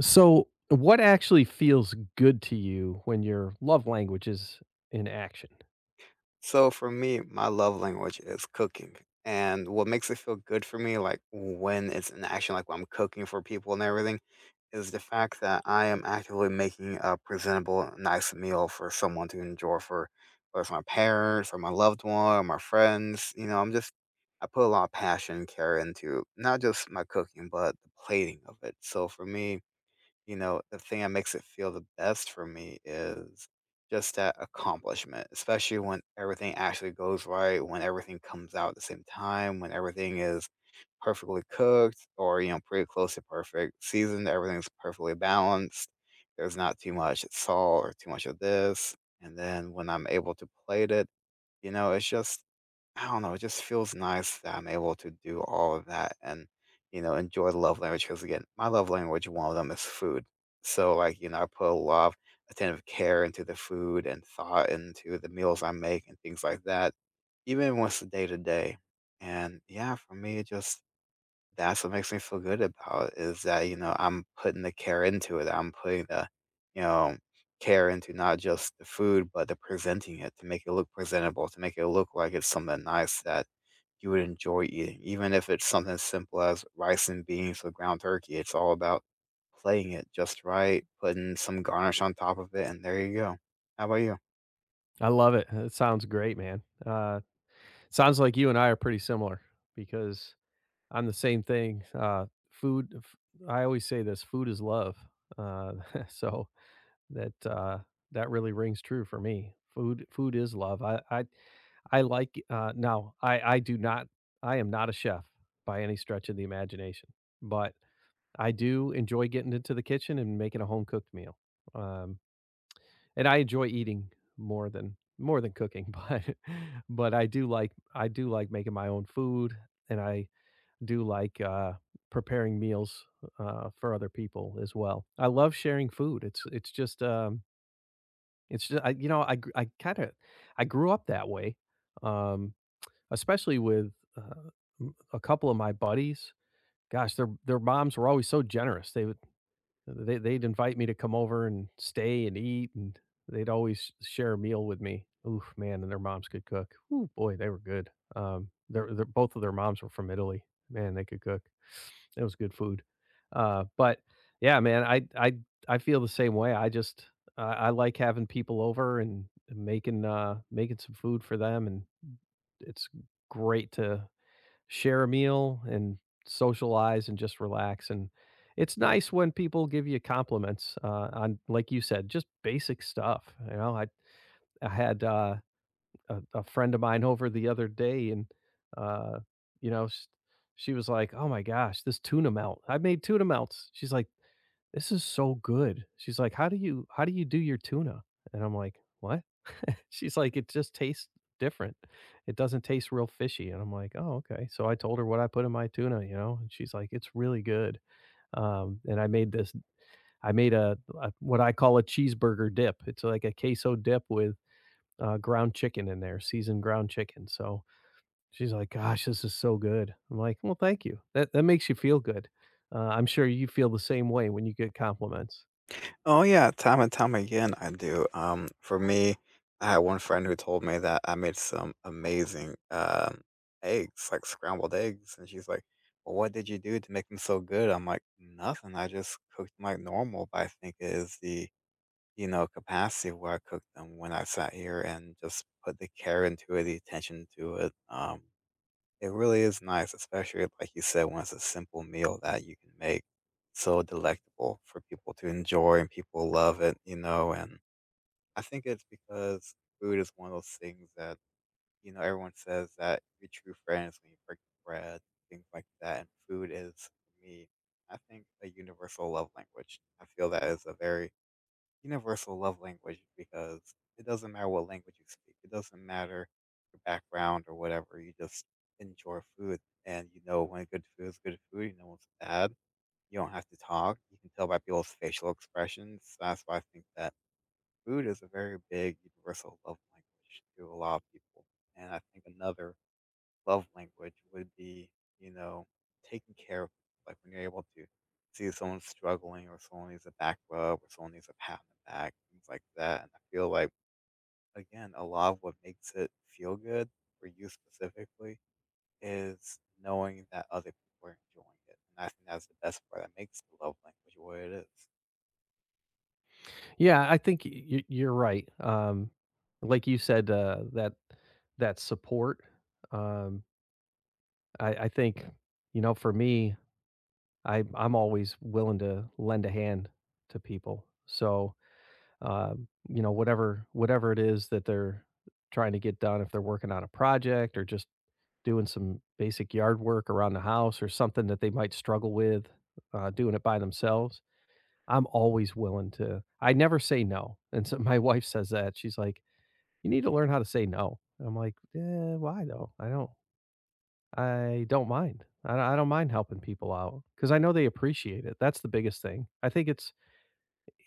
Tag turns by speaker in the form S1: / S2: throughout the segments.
S1: So, what actually feels good to you when your love language is in action?
S2: So for me, my love language is cooking. And what makes it feel good for me, like when it's an action, like when I'm cooking for people and everything, is the fact that I am actively making a presentable, nice meal for someone to enjoy, for whether it's my parents or my loved one or my friends. You know, I'm just I put a lot of passion and care into not just my cooking, but the plating of it. So for me, you know, the thing that makes it feel the best for me is just that accomplishment, especially when everything actually goes right, when everything comes out at the same time, when everything is perfectly cooked or, you know, pretty close to perfect, seasoned, everything's perfectly balanced. There's not too much salt or too much of this. And then when I'm able to plate it, you know, it's just I don't know, it just feels nice that I'm able to do all of that and, you know, enjoy the love language. Because again, my love language, one of them is food. So, like, you know, I put a lot of attentive care into the food and thought into the meals I make and things like that, even when it's day to day. And yeah, for me, it just that's what makes me feel good about it is that, you know, I'm putting the care into it. I'm putting the, you know, care into not just the food, but the presenting it to make it look presentable, to make it look like it's something nice that you would enjoy eating, even if it's something simple as rice and beans with ground turkey. It's all about playing it just right, putting some garnish on top of it, and there you go. How about you?
S1: I love it. It sounds great, man. Sounds like you and I are pretty similar because I'm the same thing. I always say this: food is love. Uh, so that uh, that really rings true for me. Food is love. I like. Now, I do not. I am not a chef by any stretch of the imagination, but I do enjoy getting into the kitchen and making a home cooked meal. Um, and I enjoy eating more than cooking, but but I do like making my own food, and I do like preparing meals for other people as well. I love sharing food. It's just it's just I, you know I gr- I kind of I grew up that way, um, especially with a couple of my buddies. Gosh, their moms were always so generous. They would they'd invite me to come over and stay and eat, and they'd always share a meal with me. Oof, man, and their moms could cook. Ooh, boy, they were good. Their Both of their moms were from Italy. Man, they could cook. It was good food. But yeah, man, I feel the same way. I like having people over and making making some food for them, and it's great to share a meal and socialize and just relax. And it's nice when people give you compliments on, like you said, just basic stuff. You know, I had a friend of mine over the other day, and uh, you know, s- she was like, "Oh my gosh, this tuna melt! I made tuna melts." She's like, "This is so good." She's like, how do you do your tuna?" And I'm like, "What?" She's like, "It just tastes different. It doesn't taste real fishy." And I'm like, "Oh, okay." So I told her what I put in my tuna, you know, and she's like, "It's really good." And I made this I made a what I call a cheeseburger dip. It's like a queso dip with, ground chicken in there, seasoned ground chicken. So she's like, "Gosh, this is so good." I'm like, "Well, thank you. That makes you feel good." I'm sure you feel the same way when you get compliments.
S2: Oh yeah, time and time again I do. For me, I had one friend who told me that I made some amazing eggs, like scrambled eggs, and she's like, "Well, what did you do to make them so good?" I'm like, "Nothing. I just cooked them like normal, but I think it is the you know, capacity where I cooked them when I sat here and just put the care into it, the attention to it." It really is nice, especially like you said, when it's a simple meal that you can make so delectable for people to enjoy and people love it, you know. And I think it's because food is one of those things that, you know, everyone says that your true friend is when you break bread, things like that. And food is, for me, I think, a universal love language. I feel that is a very universal love language because it doesn't matter what language you speak. It doesn't matter your background or whatever. You just enjoy food, and you know when good food is good food, you know what's bad. You don't have to talk. You can tell by people's facial expressions. That's why I think that food is a very big universal love language to a lot of people. And I think another love language would be, you know, taking care of, like when you're able to see someone struggling or someone needs a back rub or someone needs a pat on the back, things like that. And I feel like, again, a lot of what makes it feel good for you specifically is knowing that other people are enjoying it. And I think that's the best part that makes the love language what it is.
S1: Yeah, I think you're right. Like you said, that support. Um, I think you know, for me, I'm always willing to lend a hand to people. So you know, whatever it is that they're trying to get done, if they're working on a project or just doing some basic yard work around the house or something that they might struggle with doing it by themselves, I'm always willing to. I never say no, and so my wife says that she's like, "You need to learn how to say no." And I'm like, "Eh, why though? I don't mind. I don't mind helping people out because I know they appreciate it. That's the biggest thing. I think it's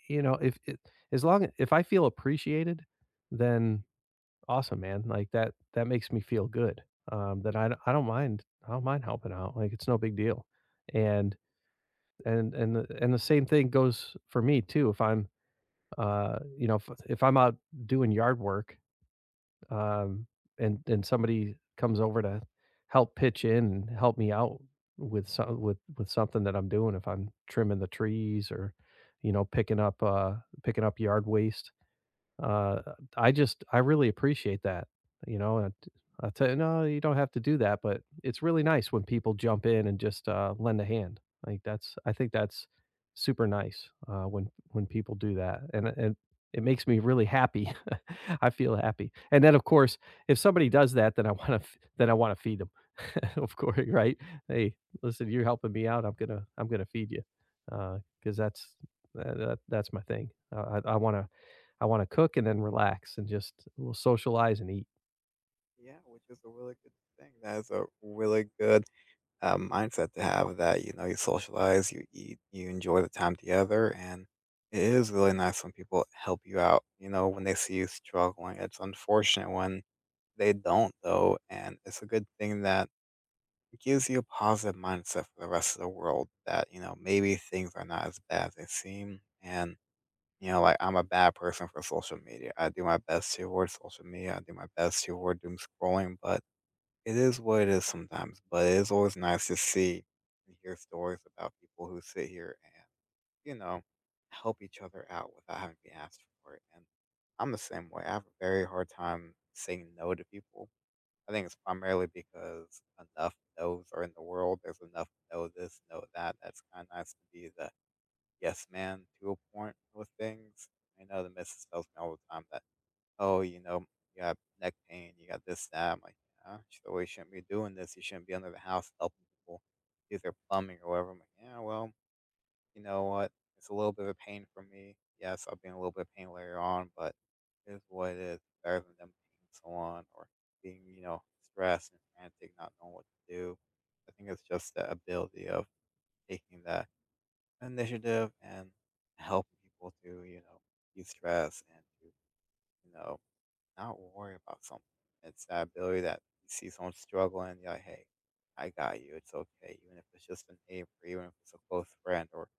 S1: you know, if it as long if I feel appreciated, then awesome, man. Like that that makes me feel good. That I d I don't mind helping out. Like it's no big deal. And the same thing goes for me too. If I'm, you know, if I'm out doing yard work Um, and somebody comes over to help pitch in and help me out with some with something that I'm doing if I'm trimming the trees or, you know, picking up yard waste, uh, I just I really appreciate that, you know, and I tell you, "No, you don't have to do that," but it's really nice when people jump in and just, lend a hand. Like, that's I think that's super nice, when people do that, and it makes me really happy. I feel happy, and then, of course, if somebody does that, then I wanna feed them. Of course, right? "Hey, listen, you're helping me out, I'm gonna feed you," because that's that that that's my thing. I wanna cook and then relax and just we'll socialize and eat.
S2: Yeah, which is a really good thing. That is a really good mindset to have, that you know you socialize, you eat, you enjoy the time together, and it is really nice when people help you out. You know, when they see you struggling, it's unfortunate when they don't though, and it's a good thing that it gives you a positive mindset for the rest of the world, that you know maybe things are not as bad as they seem. And you know, like, I'm a bad person for social media. I do my best to avoid social media. I do my best to avoid doom scrolling, but it is what it is sometimes. But it is always nice to see and hear stories about people who sit here and, you know, help each other out without having to be asked for it. And I'm the same way. I have a very hard time saying no to people. I think it's primarily because enough no's are in the world. There's enough no this, no that. That's kind of nice to be the yes man to a point with things. I know the missus tells me all the time that, "Oh, you know, you have neck pain, you got this, that." I'm like, "Yeah, sure, you shouldn't be doing this. You shouldn't be under the house helping people do their plumbing or whatever." I'm like, "Yeah, well, you know what? It's a little bit of pain for me. Yes, I'll be in a little bit of pain later on, but it is what it is. Better than them being someone or being, you know, stressed and frantic, not knowing what to do." I think it's just the ability of taking that initiative and helping people to, you know, de stress and to, you know, not worry about something. It's that ability that you see someone struggling, you're like, hey, I got you. It's okay. Even if it's just a neighbor, even if it's a close friend, or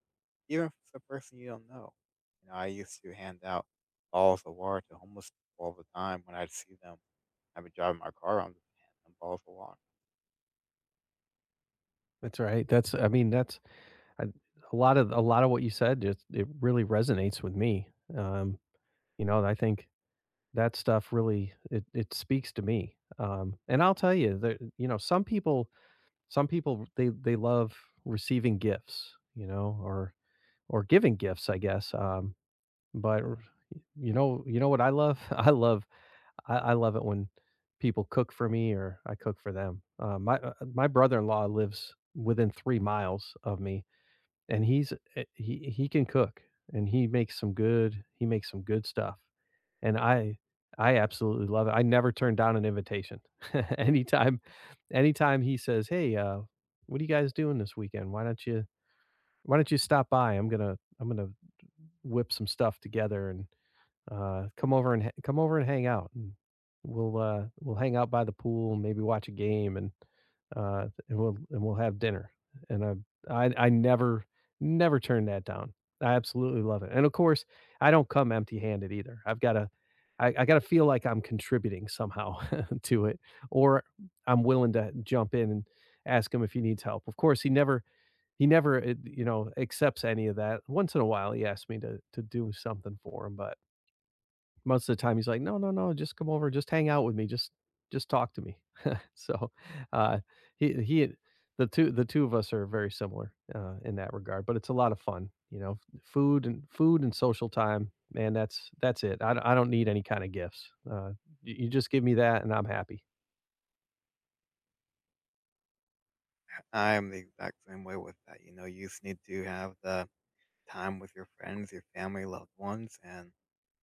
S2: even if it's a person you don't know. You know, I used to hand out balls of water to homeless people all the time when I'd see them. I'd be driving my car around just handing them balls of water.
S1: That's right. That's I mean, that's I A lot of a lot of what you said just it really resonates with me. Um, you know, I think that stuff really it speaks to me. And I'll tell you that, you know, some people they love receiving gifts, you know, or giving gifts, I guess. But you know what I love? I love I love it when people cook for me or I cook for them. My brother in law lives within 3 miles of me, and he can cook and he makes some good stuff, and I absolutely love it. I never turn down an invitation. anytime anytime he says, "Hey, what are you guys doing this weekend? Why don't you stop by? I'm gonna whip some stuff together and come over and ha come over and hang out, and we'll hang out by the pool, maybe watch a game, and, and we'll have dinner, and I never turn that down. I absolutely love it, and of course, I don't come empty-handed either. I gotta feel like I'm contributing somehow to it, or I'm willing to jump in and ask him if he needs help. Of course, he never, eh, you know, accepts any of that. Once in a while, he asks me to do something for him, but most of the time, he's like, "No, no, no, just come over, just hang out with me, just talk to me." So, uh, he the two of us are very similar, in that regard, but it's a lot of fun, you know? Food and social time, man, that's it. I don't need any kinda gifts. You just give me that and I'm happy.
S2: I am the exact same way with that. You know, you just need to have the time with your friends, your family, loved ones, and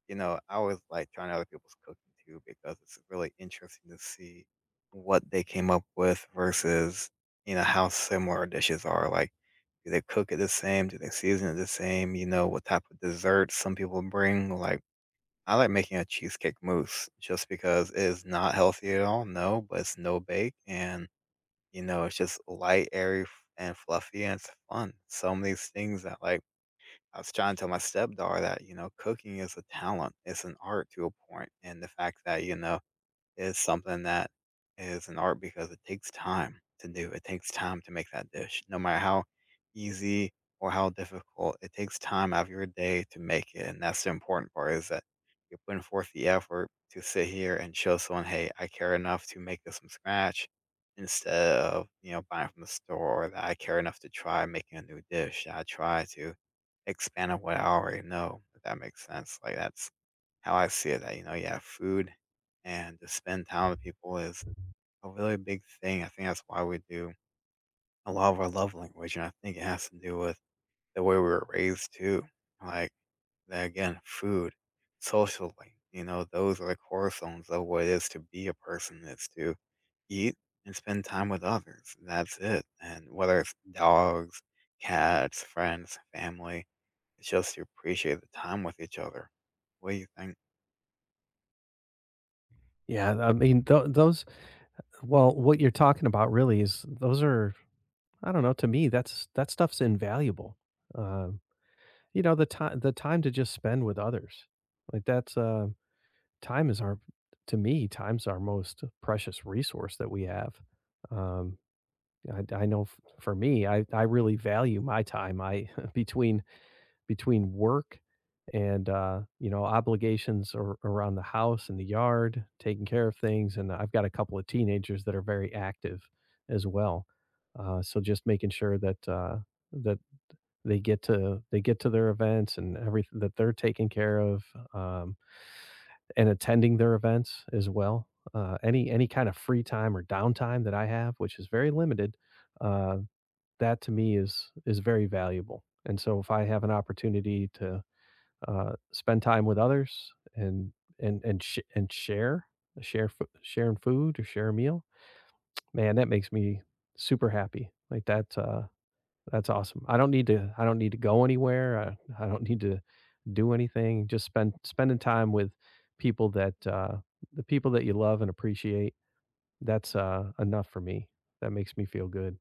S2: you know, I always like trying other people's cooking too, because it's really interesting to see what they came up with versus, you know, how similar dishes are. Like, do they cook it the same? Do they season it the same? You know, what type of desserts some people bring? Like, I like making a cheesecake mousse just because it is not healthy at all. No, but it's no bake and, you know, it's just light, airy, and fluffy and it's fun. Some of these things that, like, I was trying to tell my stepdaughter that, you know, cooking is a talent. It's an art to a point, and the fact that, you know, is something that is an art because it takes time to do. It takes time to make that dish, no matter how easy or how difficult. It takes time out of your day to make it, and that's the important part, is that you're putting forth the effort to sit here and show someone, "Hey, I care enough to make this from scratch," instead of, you know, buying from the store, or that I care enough to try making a new dish. I try to expand on what I already know, if that makes sense. Like, that's how I see it. That, you know, yeah, food and to spend time with people is a really big thing. I think that's why we do a lot of our love language, and I think it has to do with the way we were raised too. Like that, again, food, socially, you know, those are the cornerstones of what it is to be a person. Is to eat and spend time with others. That's it. And whether it's dogs, cats, friends, family, it's just to appreciate the time with each other. What do you think?
S1: Yeah, I mean, those well, what you're talking about really is those are I don't know, to me, that's that stuff's invaluable. Uh, You know, the time to just spend with others. Like that's Time is our to me, time's our most precious resource that we have. Um I know for me, I really value my time. I between work and you know obligations around the house and the yard, taking care of things, and I've got a couple of teenagers that are very active as well. So just making sure that that they get to their events and everything that they're taking care of, um, and attending their events as well. Any kind of free time or downtime that I have, which is very limited, uh, that to me is very valuable. And so if I have an opportunity to spend time with others and and and sh- and share sharing food or share a meal, man, that makes me super happy. Like that. That's awesome. I don't need to go anywhere. I don't need to do anything. Just spending time with people that, uh the people that you love and appreciate, that's, enough for me. That makes me feel good.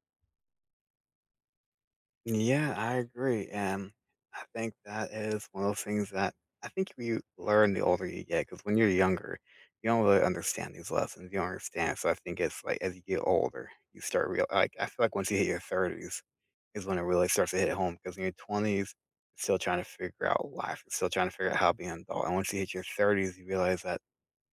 S2: Yeah, I agree, and I think that is one of those things that I think you learn the older you get. Because when you're younger, you don't really understand these lessons, you don't understand, so I think it's, like, as you get older, you start real like, I feel like once you hit your 30s is when it really starts to hit home. Because in your 20s, you're still trying to figure out life, you're still trying to figure out how to be an adult, and once you hit your 30s, you realize that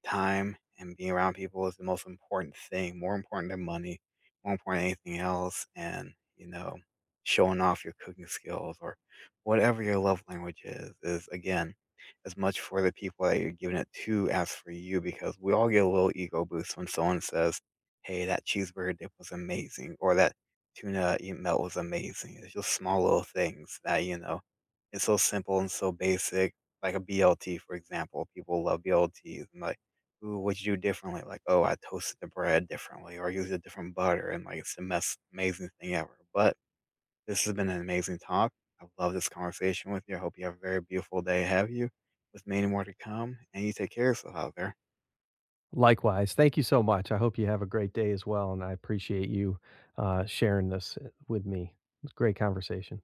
S2: time and being around people is the most important thing, more important than money, more important than anything else. And, you know, showing off your cooking skills or whatever your love language is again, as much for the people that you're giving it to as for you, because we all get a little ego boost when someone says, hey, that cheeseburger dip was amazing, or that tuna eat melt was amazing. It's just small little things that, you know, it's so simple and so basic. Like a BLT, for example, people love BLTs. And like, ooh, what'd you do differently? Like, "Oh, I toasted the bread differently or I used a different butter," and, like, it's the most amazing thing ever. But this has been an amazing talk. I love this conversation with you. I hope you have a very beautiful day. Have you with many more to come, and you take care of yourself out there.
S1: Likewise, thank you so much. I hope you have a great day as well, and I appreciate you, sharing this, eh, with me. It's a great conversation.